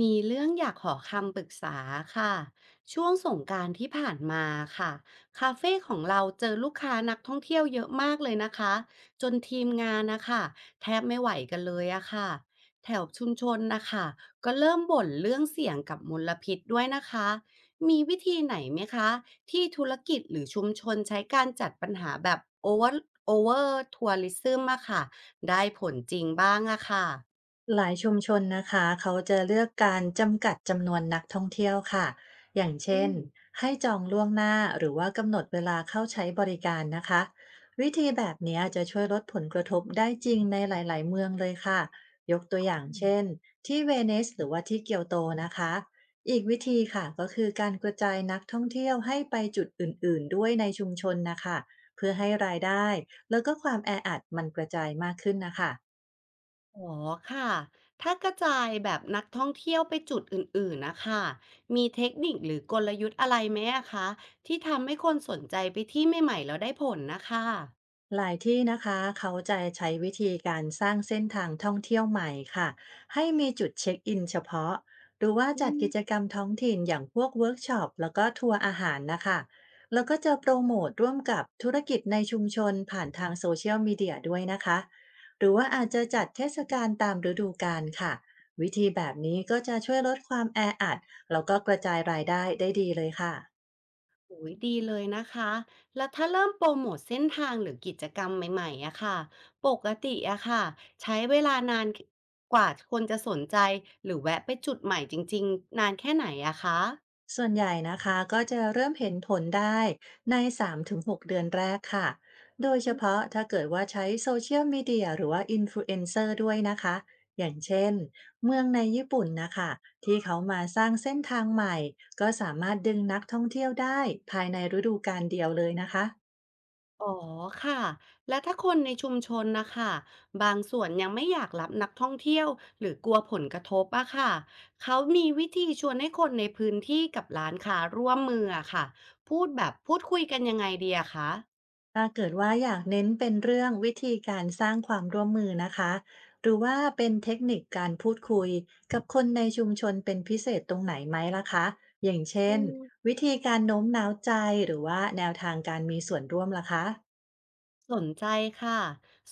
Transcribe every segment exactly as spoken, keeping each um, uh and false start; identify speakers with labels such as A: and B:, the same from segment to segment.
A: มีเรื่องอยากขอคำปรึกษาค่ะช่วงสงกรานต์ที่ผ่านมาค่ะคาเฟ่ของเราเจอลูกค้านักท่องเที่ยวเยอะมากเลยนะคะจนทีมงานนะคะแทบไม่ไหวกันเลยอะค่ะแถวชุมชนนะคะก็เริ่มบ่นเรื่องเสี่ยงกับมลพิษด้วยนะคะมีวิธีไหนไหมคะที่ธุรกิจหรือชุมชนใช้การจัดปัญหาแบบโอเวอร์โอเวอร์ทัวริซึมอะค่ะได้ผลจริงบ้างอะค่ะ
B: หลายชุมชนนะคะเขาจะเลือกการจำกัดจำนวนนักท่องเที่ยวค่ะอย่าง
A: อื
B: เช่น
A: ม
B: ให้จองล่วงหน้าหรือว่ากำหนดเวลาเข้าใช้บริการนะคะวิธีแบบนี้จะช่วยลดผลกระทบได้จริงในหลายๆเมืองเลยค่ะยกตัวอย่างเช่นที่เวนิสหรือว่าที่เกียวโตนะคะอีกวิธีค่ะก็คือการกระจายนักท่องเที่ยวให้ไปจุดอื่นๆด้วยในชุมชนนะคะเพื่อให้รายได้แล้วก็ความแออัดมันกระจายมากขึ้นนะคะ
A: อ๋อค่ะถ้ากระจายแบบนักท่องเที่ยวไปจุดอื่นๆนะคะมีเทคนิคหรือกลยุทธ์อะไรไหมอะคะที่ทำให้คนสนใจไปที่ใหม่ๆแล้วได้ผลนะคะ
B: หลายที่นะคะเขาจะใช้วิธีการสร้างเส้นทางท่องเที่ยวใหม่ค่ะให้มีจุดเช็คอินเฉพาะหรือว่า
A: อื
B: จัด
A: ม
B: กิจกรรมท้องถิ่นอย่างพวกเวิร์กช็อปแล้วก็ทัวร์อาหารนะคะแล้วก็จะโปรโมทร่วมกับธุรกิจในชุมชนผ่านทางโซเชียลมีเดียด้วยนะคะหรือว่าอาจจะจัดเทศกาลตามฤดูกาลค่ะวิธีแบบนี้ก็จะช่วยลดความแออัดแล้วก็กระจายรายได้ได้ดีเลยค่ะ
A: โอ้ยดีเลยนะคะแล้วถ้าเริ่มโปรโมทเส้นทางหรือกิจกรรมใหม่ๆอะค่ะปกติอะค่ะใช้เวลานานกว่าคนจะสนใจหรือแวะไปจุดใหม่จริงๆนานแค่ไหนอะคะ
B: ส่วนใหญ่นะคะก็จะเริ่มเห็นผลได้ในสามถึงหกเดือนแรกค่ะ โดยเฉพาะถ้าเกิดว่าใช้โซเชียลมีเดียหรือว่าอินฟลูเอนเซอร์ด้วยนะคะ อย่างเช่นเมืองในญี่ปุ่นนะคะที่เขามาสร้างเส้นทางใหม่ก็สามารถดึงนักท่องเที่ยวได้ภายในฤดูกาลเดียวเลยนะคะ
A: อ๋อค่ะแล้วถ้าคนในชุมชนนะคะบางส่วนยังไม่อยากรับนักท่องเที่ยวหรือกลัวผลกระทบอะค่ะเขามีวิธีชวนให้คนในพื้นที่กับร้านค้าร่วมมืออะค่ะพูดแบบพูดคุยกันยังไงดีอะคะ
B: ถ้าเกิดว่าอยากเน้นเป็นเรื่องวิธีการสร้างความร่วมมือนะคะหรือว่าเป็นเทคนิคการพูดคุยกับคนในชุมชนเป็นพิเศษตรงไหนไหมล่ะคะอย่างเช่
A: อื
B: น
A: ม
B: วิธีการโน้มน้าวใจหรือว่าแนวทางการมีส่วนร่วมล่ะคะ
A: สนใจค่ะ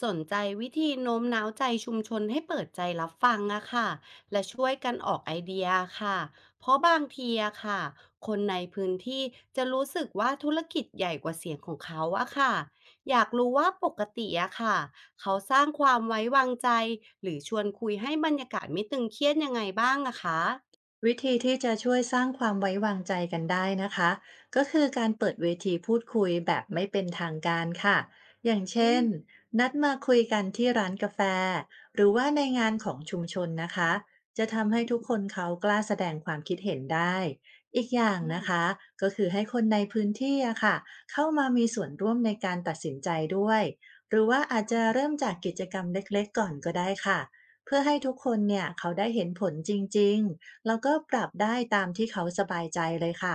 A: สนใจวิธีโน้มน้าวใจชุมชนให้เปิดใจรับฟังอะค่ะและช่วยกันออกไอเดียค่ะเพราะบางทีอะค่ะคนในพื้นที่จะรู้สึกว่าธุรกิจใหญ่กว่าเสียงของเขาอะค่ะอยากรู้ว่าปกติอะค่ะเขาสร้างความไว้วางใจหรือชวนคุยให้บรรยากาศไม่ตึงเครียดยังไงบ้างอะคะ
B: วิธีที่จะช่วยสร้างความไว้วางใจกันได้นะคะก็คือการเปิดเวทีพูดคุยแบบไม่เป็นทางการค่ะอย่าง
A: อื
B: เช่
A: ม
B: นนัดมาคุยกันที่ร้านกาแฟหรือว่าในงานของชุมชนนะคะจะทำให้ทุกคนเขากล้าแสดงความคิดเห็นได้อีกอย่างนะคะก็คือให้คนในพื้นที่อะค่ะเข้ามามีส่วนร่วมในการตัดสินใจด้วยหรือว่าอาจจะเริ่มจากกิจกรรมเล็กๆก่อนก็ได้ค่ะเพื่อให้ทุกคนเนี่ยเขาได้เห็นผลจริงๆ แล้วก็ปรับได้ตามที่เขาสบายใจเลยค่ะ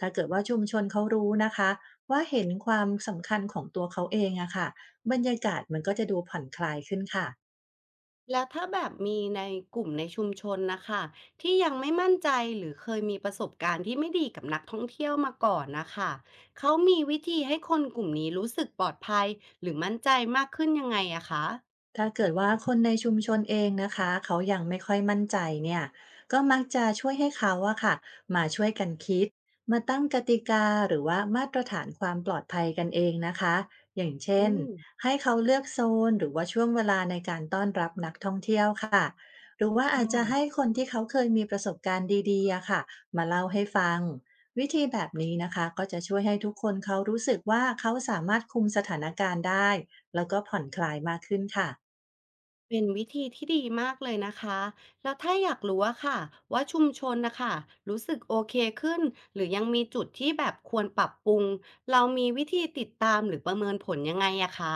B: ถ้าเกิดว่าชุมชนเขารู้นะคะว่าเห็นความสำคัญของตัวเขาเองอะค่ะบรรยากาศมันก็จะดูผ่อนคลายขึ้นค่ะ
A: แล้วถ้าแบบมีในกลุ่มในชุมชนนะคะที่ยังไม่มั่นใจหรือเคยมีประสบการณ์ที่ไม่ดีกับนักท่องเที่ยวมาก่อนนะคะเขามีวิธีให้คนกลุ่มนี้รู้สึกปลอดภัยหรือมั่นใจมากขึ้นยังไงอะคะ
B: ถ้าเกิดว่าคนในชุมชนเองนะคะเขายังไม่ค่อยมั่นใจเนี่ยก็มักจะช่วยให้เขาอะค่ะมาช่วยกันคิดมาตั้งกติกาหรือว่ามาตรฐานความปลอดภัยกันเองนะคะอย่างเช่
A: อื
B: น
A: ม
B: ให้เขาเลือกโซนหรือว่าช่วงเวลาในการต้อนรับนักท่องเที่ยวค่ะหรือว่า
A: ค่
B: อาจจะ
A: ะ
B: ให้คนที่เขาเคยมีประสบการณ์ดีๆอะค่ะมาเล่าให้ฟังวิธีแบบนี้นะคะก็จะช่วยให้ทุกคนเขารู้สึกว่าเขาสามารถคุมสถานการณ์ได้แล้วก็ผ่อนคลายมากขึ้นค่ะ
A: เป็นวิธีที่ดีมากเลยนะคะแล้วถ้าอยากรู้อะค่ะว่าชุมชนนะคะรู้สึกโอเคขึ้นหรือยังมีจุดที่แบบควรปรับปรุงเรามีวิธีติดตามหรือประเมินผลยังไงอะคะ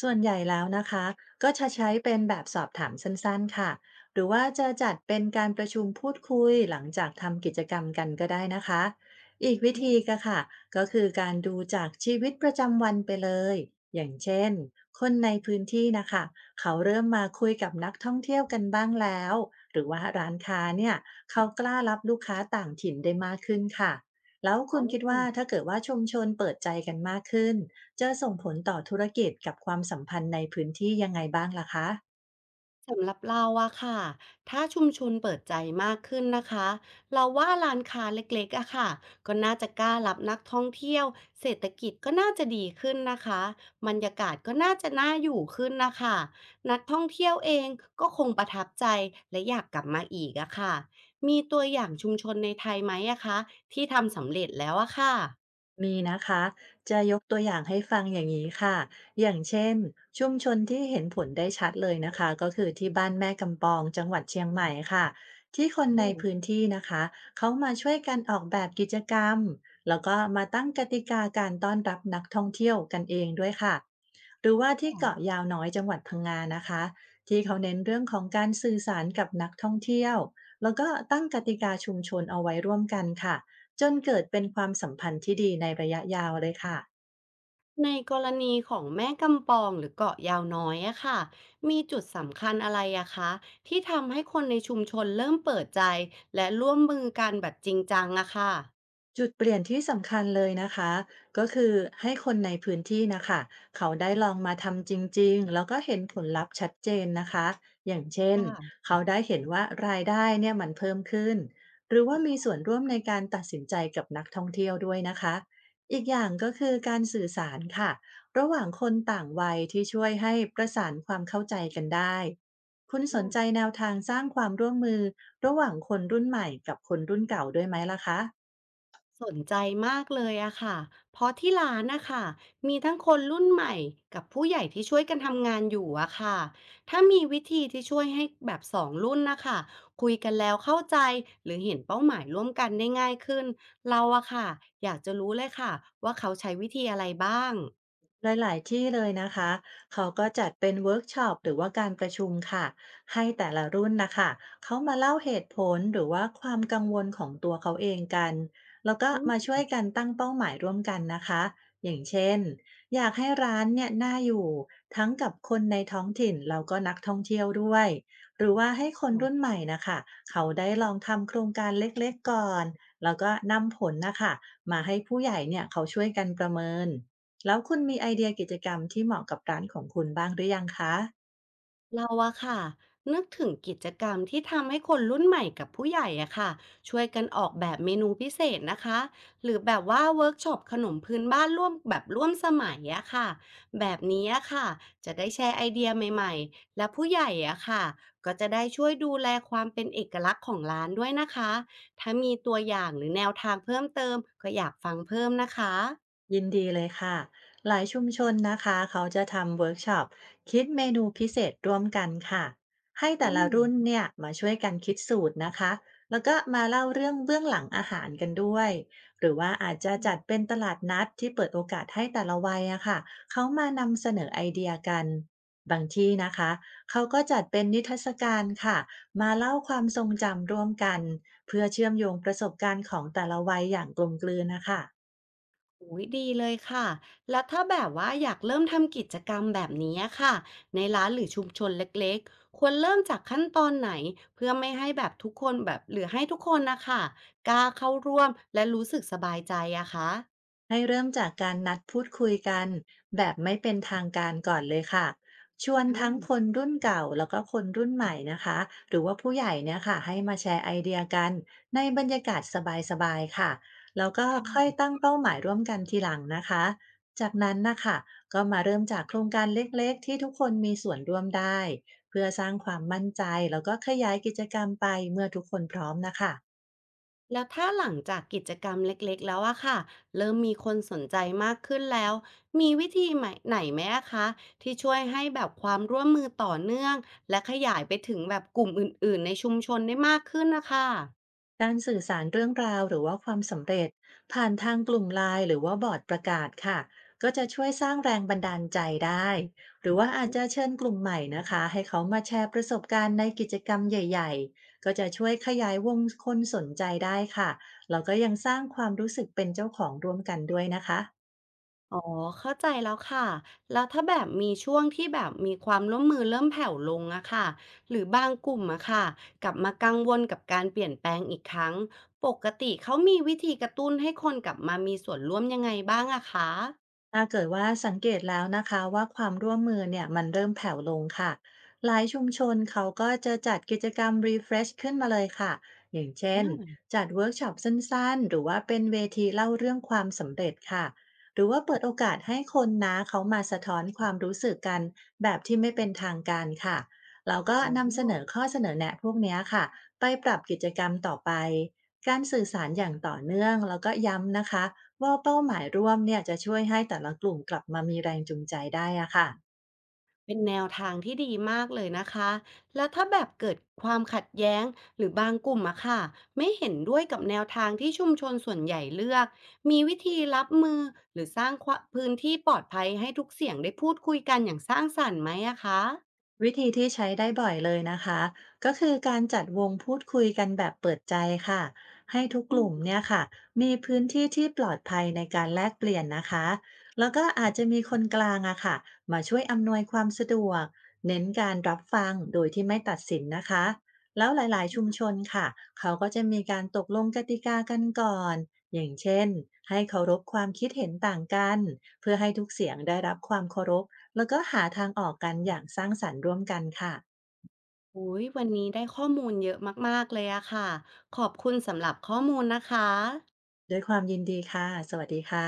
B: ส่วนใหญ่แล้วนะคะก็จะใช้เป็นแบบสอบถามสั้นๆค่ะหรือว่าจะจัดเป็นการประชุมพูดคุยหลังจากทำกิจกรรมกันก็ได้นะคะอีกวิธีก็ค่ะก็คือการดูจากชีวิตประจำวันไปเลยอย่างเช่นคนในพื้นที่นะคะเขาเริ่มมาคุยกับนักท่องเที่ยวกันบ้างแล้วหรือว่าร้านค้าเนี่ยเขากล้ารับลูกค้าต่างถิ่นได้มากขึ้นค่ะแล้วคุณคิดว่าถ้าเกิดว่าชุมชนเปิดใจกันมากขึ้น จะส่งผลต่อธุรกิจกับความสัมพันธ์ในพื้นที่ยังไงบ้างล่ะคะ
A: สำหรับเราอะค่ะถ้าชุมชนเปิดใจมากขึ้นนะคะเราว่าร้านค้าเล็กๆอะค่ะก็น่าจะกล้ารับนักท่องเที่ยวเศรษฐกิจก็น่าจะดีขึ้นนะคะบรรยากาศก็น่าจะน่าอยู่ขึ้นนะคะนักท่องเที่ยวเองก็คงประทับใจและอยากกลับมาอีกอะค่ะมีตัวอย่างชุมชนในไทยไหมอะคะที่ทำสำเร็จแล้วอะค่ะ
B: มีนะคะจะยกตัวอย่างให้ฟังอย่างนี้ค่ะอย่างเช่นชุมชนที่เห็นผลได้ชัดเลยนะคะก็คือที่บ้านแม่กำปองจังหวัดเชียงใหม่ค่ะที่คนในพื้นที่นะคะเขามาช่วยกันออกแบบกิจกรรมแล้วก็มาตั้งกติกาการต้อนรับนักท่องเที่ยวกันเองด้วยค่ะหรือว่าที่เกาะยาวน้อยจังหวัดพังงานะคะที่เขาเน้นเรื่องของการสื่อสารกับนักท่องเที่ยวแล้วก็ตั้งกติกาชุมชนเอาไว้ร่วมกันค่ะ จนเกิดเป็นความสัมพันธ์ที่ดีในระยะยาวเลยค่ะ
A: ในกรณีของแม่กำปองหรือเกาะยาวน้อยอะค่ะมีจุดสำคัญอะไรอะคะที่ทำให้คนในชุมชนเริ่มเปิดใจและร่วมมือกันแบบจริงจังอะค่ะ
B: จุดเปลี่ยนที่สำคัญเลยนะคะก็คือให้คนในพื้นที่นะคะเขาได้ลองมาทำจริงๆแล้วก็เห็นผลลัพธ์ชัดเจนนะคะอย่าง
A: ค
B: เช่น
A: ่ะ
B: เขาได้เห็นว่ารายได้เนี่ยมันเพิ่มขึ้นหรือว่ามีส่วนร่วมในการตัดสินใจกับนักท่องเที่ยวด้วยนะคะอีกอย่างก็คือการสื่อสารค่ะระหว่างคนต่างวัยที่ช่วยให้ประสานความเข้าใจกันได้คุณสนใจแนวทางสร้างความร่วมมือระหว่างคนรุ่นใหม่กับคนรุ่นเก่าด้วยไหมล่ะคะ
A: สนใจมากเลยอะค่ะ เพราะที่ร้านนะคะมีทั้งคนรุ่นใหม่กับผู้ใหญ่ที่ช่วยกันทำงานอยู่อะค่ะถ้ามีวิธีที่ช่วยให้แบบสองรุ่นนะคะคุยกันแล้วเข้าใจหรือเห็นเป้าหมายร่วมกันได้ง่ายขึ้นเราอะค่ะอยากจะรู้เลยค่ะว่าเขาใช้วิธีอะไรบ้าง
B: หลายๆที่เลยนะคะ เขาก็จัดเป็นเวิร์กช็อปหรือว่าการประชุมค่ะให้แต่ละรุ่นนะคะเขามาเล่าเหตุผลหรือว่าความกังวลของตัวเขาเองกันแล้วก็
A: อืม
B: มาช่วยกันตั้งเป้าหมายร่วมกันนะคะอย่างเช่นอยากให้ร้านเนี่ยน่าอยู่ทั้งกับคนในท้องถิ่นแล้วก็นักท่องเที่ยวด้วยหรือว่าให้คนรุ่นใหม่นะคะเขาได้ลองทำโครงการเล็กๆก่อนแล้วก็นำผลนะคะมาให้ผู้ใหญ่เนี่ยเขาช่วยกันประเมิน แล้วคุณมีไอเดียกิจกรรมที่เหมาะกับร้านของคุณบ้างหรือยังคะ
A: เราอะค่ะนึกถึงกิจกรรมที่ทำให้คนรุ่นใหม่กับผู้ใหญ่อะค่ะช่วยกันออกแบบเมนูพิเศษนะคะหรือแบบว่าเวิร์กช็อปขนมพื้นบ้านร่วมแบบร่วมสมัยอะค่ะแบบนี้อะค่ะจะได้แชร์ไอเดียใหม่ๆและผู้ใหญ่อะค่ะก็จะได้ช่วยดูแลความเป็นเอกลักษณ์ของร้านด้วยนะคะถ้ามีตัวอย่างหรือแนวทางเพิ่มเติมก็อยากฟังเพิ่มนะคะ
B: ยินดีเลยค่ะหลายชุมชนนะคะเขาจะทำเวิร์กช็อปคิดเมนูพิเศษร่วมกันค่ะให้แต่
A: อื
B: ละ
A: ม
B: รุ่นเนี่ยมาช่วยกันคิดสูตรนะคะแล้วก็มาเล่าเรื่องเบื้องหลังอาหารกันด้วยหรือว่าอาจจะจัดเป็นตลาดนัดที่เปิดโอกาสให้แต่ละวัยอะค่ะเขามานำเสนอไอเดียกันบางที่นะคะเขาก็จัดเป็นนิทรรศการค่ะมาเล่าความทรงจำร่วมกันเพื่อเชื่อมโยงประสบการณ์ของแต่ละวัยอย่างกลมกลืนนะคะ
A: อุ๊ยดีเลยค่ะ แล้วถ้าแบบว่าอยากเริ่มทำกิจกรรมแบบนี้ค่ะในร้านหรือชุมชนเล็กๆควรเริ่มจากขั้นตอนไหนเพื่อไม่ให้แบบทุกคนแบบหรือให้ทุกคนนะคะกล้าเข้าร่วมและรู้สึกสบายใจอะคะ
B: ให้เริ่มจากการนัดพูดคุยกันแบบไม่เป็นทางการก่อนเลยค่ะชวนทั้งค
A: อ่า
B: นรุ่นเก่าแล้วก็คนรุ่นใหม่นะคะหรือว่าผู้ใหญ่เนี่ยค่ะให้มาแชร์ไอเดียกันในบรรยากาศสบายๆค่ะแล้วก็ค่
A: ค่ะ
B: อยตั้งเป้าหมายร่วมกันทีหลังนะคะจากนั้นนะคะก็มาเริ่มจากโครงการเล็กๆที่ทุกคนมีส่วนร่วมได้เพื่อสร้างความมั่นใจแล้วก็ขยายกิจกรรมไปเมื่อทุกคนพร้อมนะคะ
A: แล้วถ้าหลังจากกิจกรรมเล็กๆแล้วอะค่ะเริ่มมีคนสนใจมากขึ้นแล้วมีวิธีไหมไหนไหมอะคะที่ช่วยให้แบบความร่วมมือต่อเนื่องและขยายไปถึงแบบกลุ่มอื่นๆในชุมชนได้มากขึ้นนะคะ
B: การสื่อสารเรื่องราวหรือว่าความสำเร็จผ่านทางกลุ่มไลน์หรือว่าบอร์ดประกาศค่ะก็จะช่วยสร้างแรงบันดาลใจได้หรือว่าอาจจะเชิญกลุ่มใหม่นะคะให้เขามาแชร์ประสบการณ์ในกิจกรรมใหญ่ๆก็จะช่วยขยายวงคนสนใจได้ค่ะแล้วก็ยังสร้างความรู้สึกเป็นเจ้าของร่วมกันด้วยนะคะ
A: อ๋อเข้าใจแล้วค่ะแล้วถ้าแบบมีช่วงที่แบบมีความร่วมมือเริ่มแผ่วลงอะค่ะหรือบางกลุ่มอะค่ะกลับมากังวลกับการเปลี่ยนแปลงอีกครั้งปกติเขามีวิธีกระตุ้นให้คนกลับมามีส่วนร่วมยังไงบ้างอะคะ
B: ถ้าเกิดว่าสังเกตแล้วนะคะว่าความร่วมมือเนี่ยมันเริ่มแผ่วลงค่ะหลายชุมชนเขาก็จะจัดกิจกรรม รีเฟรช ขึ้นมาเลยค่ะอย่างเช่น
A: อา
B: จัดเวิร์กช็อปสั้นๆหรือว่าเป็นเวทีเล่าเรื่องความสำเร็จค่ะหรือว่าเปิดโอกาสให้คนนะเขามาสะท้อนความรู้สึกกันแบบที่ไม่เป็นทางการค่ะแล้วก็
A: อ๋อ
B: นำเสนอข้อเสนอแนะพวกเนี้ยค่ะไปปรับกิจกรรมต่อไปการสื่อสารอย่างต่อเนื่องแล้วก็ย้ำนะคะ ว่าเป้าหมายร่วมเนี่ยจะช่วยให้แต่ละกลุ่มกลับมามีแรงจูงใจได้อะค่ะ
A: เป็นแนวทางที่ดีมากเลยนะคะ แล้วถ้าแบบเกิดความขัดแย้งหรือบางกลุ่มอะค่ะไม่เห็นด้วยกับแนวทางที่ชุมชนส่วนใหญ่เลือก มีวิธีรับมือหรือสร้างความพื้นที่ปลอดภัยให้ทุกเสียงได้พูดคุยกันอย่างสร้างสรรค์ไหมอะคะ
B: วิธีที่ใช้ได้บ่อยเลยนะคะก็คือการจัดวงพูดคุยกันแบบเปิดใจค่ะให้ทุก
A: อื
B: กลุ่ม
A: ม
B: เนี่ยค่ะมีพื้นที่ที่ปลอดภัยในการแลกเปลี่ยนนะคะแล้วก็อาจจะมีคนกลางอะค่ะมาช่วยอำนวยความสะดวกเน้นการรับฟังโดยที่ไม่ตัดสินนะคะแล้วหลายๆชุมชนค่ะเขาก็จะมีการตกลงกติกากันก่อนอย่างเช่นให้เคารพความคิดเห็นต่างกันเพื่อให้ทุกเสียงได้รับความเคารพ แล้วก็หาทางออกกันอย่างสร้างสรรค์ร่วมกันค่ะ
A: อุ้ยวันนี้ได้ข้อมูลเยอะมากๆเลยอะค่ะขอบคุณสำหรับข้อมูลนะคะ
B: ด้วยความยินดีค่ะ สวัสดีค่ะ